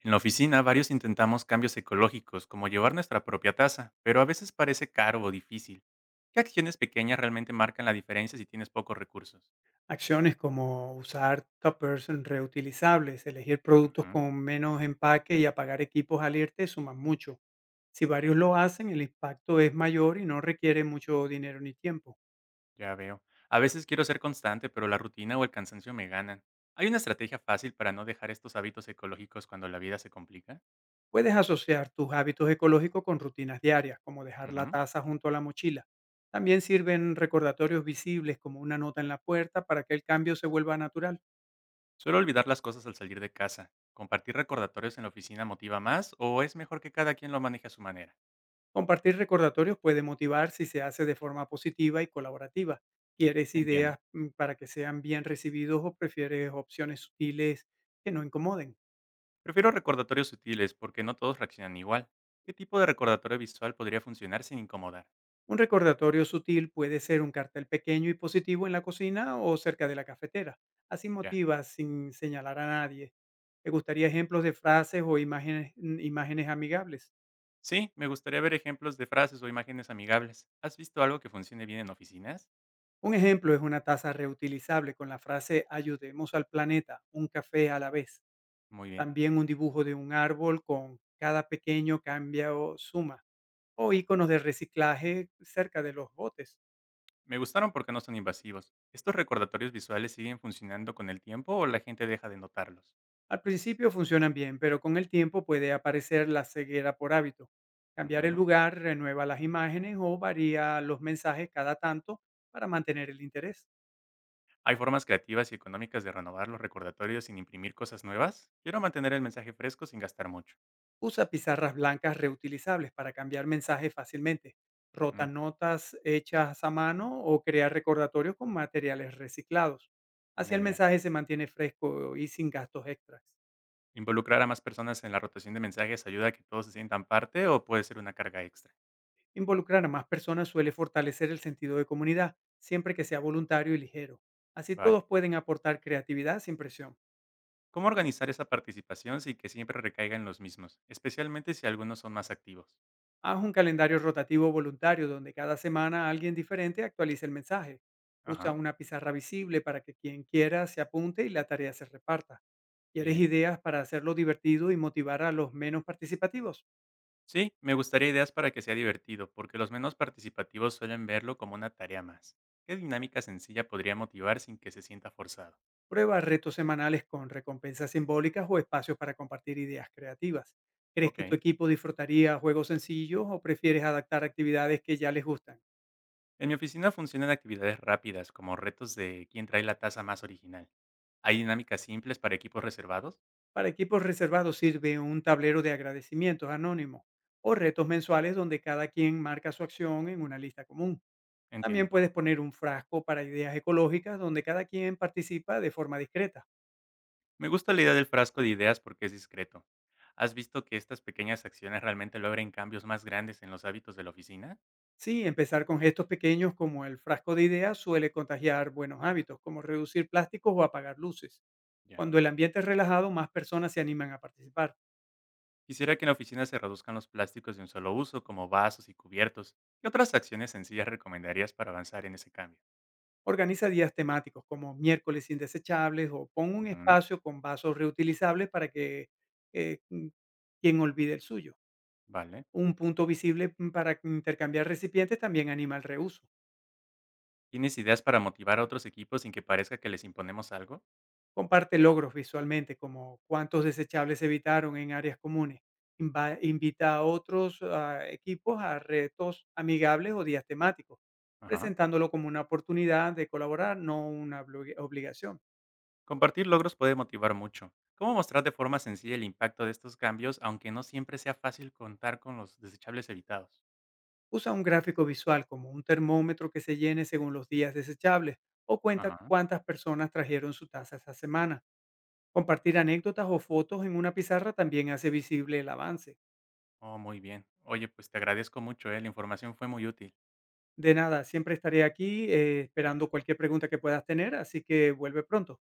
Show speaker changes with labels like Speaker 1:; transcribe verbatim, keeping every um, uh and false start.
Speaker 1: En la oficina varios intentamos cambios ecológicos, como llevar nuestra propia taza, pero a veces parece caro o difícil. ¿Qué acciones pequeñas realmente marcan la diferencia si tienes pocos recursos?
Speaker 2: Acciones como usar toppers reutilizables, elegir productos
Speaker 1: Ujú,
Speaker 2: con menos empaque y apagar equipos al irte suman mucho. Si varios lo hacen, el impacto es mayor y no requiere mucho dinero ni tiempo.
Speaker 1: ya veo. A veces quiero ser constante, pero la rutina o el cansancio me ganan. ¿Hay una estrategia fácil para no dejar estos hábitos ecológicos cuando la vida se complica?
Speaker 2: Puedes asociar tus hábitos ecológicos con rutinas diarias, como dejar la
Speaker 1: Ujú.
Speaker 2: taza junto a la mochila. También sirven recordatorios visibles como una nota en la puerta para que el cambio se vuelva natural.
Speaker 1: Suelo olvidar las cosas al salir de casa. ¿Compartir recordatorios en la oficina motiva más o es mejor que cada quien lo maneje a su manera?
Speaker 2: Compartir recordatorios puede motivar si se hace de forma positiva y colaborativa. ¿Quieres ideas
Speaker 1: Entiendo.
Speaker 2: mm, para que sean bien recibidos o prefieres opciones sutiles que no incomoden?
Speaker 1: Prefiero recordatorios sutiles porque no todos reaccionan igual. ¿Qué tipo de recordatorio visual podría funcionar sin incomodar?
Speaker 2: Un recordatorio sutil puede ser un cartel pequeño y positivo en la cocina o cerca de la cafetera. Así
Speaker 1: Ya.
Speaker 2: motiva sin señalar a nadie. ¿Te gustaría ejemplos de frases o imágenes, mm, imágenes amigables?
Speaker 1: Sí, me gustaría ver ejemplos de frases o imágenes amigables. ¿Has visto algo que funcione bien en oficinas?
Speaker 2: Un ejemplo es una taza reutilizable con la frase ayudemos al planeta, un café a la vez.
Speaker 1: Muy bien.
Speaker 2: También un dibujo de un árbol con cada pequeño cambio o suma, o iconos de reciclaje cerca de los botes.
Speaker 1: Me gustaron porque no son invasivos. ¿Estos recordatorios visuales siguen funcionando con el tiempo o la gente deja de notarlos?
Speaker 2: Al principio funcionan bien, pero con el tiempo puede aparecer la ceguera por hábito. Cambiar el
Speaker 1: Ujú.
Speaker 2: lugar renueva las imágenes o varía los mensajes cada tanto para mantener el interés.
Speaker 1: ¿Hay formas creativas y económicas de renovar los recordatorios sin imprimir cosas nuevas? Quiero mantener el mensaje fresco sin gastar mucho.
Speaker 2: Usa pizarras blancas reutilizables para cambiar mensajes fácilmente, rota
Speaker 1: Mm,
Speaker 2: notas hechas a mano o crear recordatorios con materiales reciclados. Así
Speaker 1: buena
Speaker 2: el
Speaker 1: idea.
Speaker 2: mensaje se mantiene fresco y sin gastos extras.
Speaker 1: Involucrar a más personas en la rotación de mensajes ayuda a que todos se sientan parte o puede ser una carga extra.
Speaker 2: Involucrar a más personas suele fortalecer el sentido de comunidad, siempre que sea voluntario y ligero. Así todos
Speaker 1: Vale.
Speaker 2: pueden aportar creatividad sin presión.
Speaker 1: ¿Cómo organizar esa participación sin que siempre recaigan los mismos, especialmente si algunos son más activos?
Speaker 2: Haz un calendario rotativo voluntario donde cada semana alguien diferente actualice el mensaje. Usa
Speaker 1: Ajá,
Speaker 2: una pizarra visible para que quien quiera se apunte y la tarea se reparta. ¿Quieres
Speaker 1: bien.
Speaker 2: ideas para hacerlo divertido y motivar a los menos participativos?
Speaker 1: Sí, me gustaría ideas para que sea divertido, porque los menos participativos suelen verlo como una tarea más. ¿Qué dinámica sencilla podría motivar sin que se sienta forzado?
Speaker 2: Prueba retos semanales con recompensas simbólicas o espacios para compartir ideas creativas. ¿Crees que tu
Speaker 1: Ok.
Speaker 2: equipo disfrutaría juegos sencillos o prefieres adaptar actividades que ya les gustan?
Speaker 1: En mi oficina funcionan actividades rápidas, como retos de quién trae la taza más original. ¿Hay dinámicas simples para equipos reservados?
Speaker 2: Para equipos reservados sirve un tablero de agradecimientos anónimo o retos mensuales donde cada quien marca su acción en una lista común. También
Speaker 1: Entiendo.
Speaker 2: puedes poner un frasco para ideas ecológicas donde cada quien participa de forma discreta.
Speaker 1: Me gusta la idea del frasco de ideas porque es discreto. ¿Has visto que estas pequeñas acciones realmente logren cambios más grandes en los hábitos de la oficina?
Speaker 2: Sí, empezar con gestos pequeños como el frasco de ideas suele contagiar buenos hábitos, como reducir plásticos o apagar luces.
Speaker 1: Ya.
Speaker 2: Cuando el ambiente es relajado, más personas se animan a participar.
Speaker 1: Quisiera que en la oficina se reduzcan los plásticos de un solo uso, como vasos y cubiertos. ¿Qué otras acciones sencillas recomendarías para avanzar en ese cambio?
Speaker 2: Organiza días temáticos como miércoles indesechables o pon un
Speaker 1: Ujú,
Speaker 2: espacio con vasos reutilizables para que eh, mm, quien olvide el suyo.
Speaker 1: vale.
Speaker 2: Un punto visible mm, para intercambiar recipientes también anima el reuso.
Speaker 1: ¿Tienes ideas para motivar a otros equipos sin que parezca que les imponemos algo?
Speaker 2: Comparte logros visualmente como cuántos desechables se evitaron en áreas comunes. Inva- invita a otros ah, equipos a retos amigables o días temáticos,
Speaker 1: Ajá.
Speaker 2: presentándolo como una oportunidad de colaborar, no una obli- obligación.
Speaker 1: Compartir logros puede motivar mucho. ¿Cómo mostrar de forma sencilla el impacto de estos cambios, aunque no siempre sea fácil contar con los desechables evitados?
Speaker 2: Usa un gráfico visual como un termómetro que se llene según los días desechables o cuenta
Speaker 1: Ajá.
Speaker 2: cuántas personas trajeron su taza esa semana. Compartir anécdotas o fotos en una pizarra también hace visible el avance.
Speaker 1: Oh, muy bien. Oye, pues te agradezco mucho, eh, la información fue muy útil.
Speaker 2: De nada, siempre estaré aquí eh, esperando cualquier pregunta que puedas tener, así que vuelve pronto.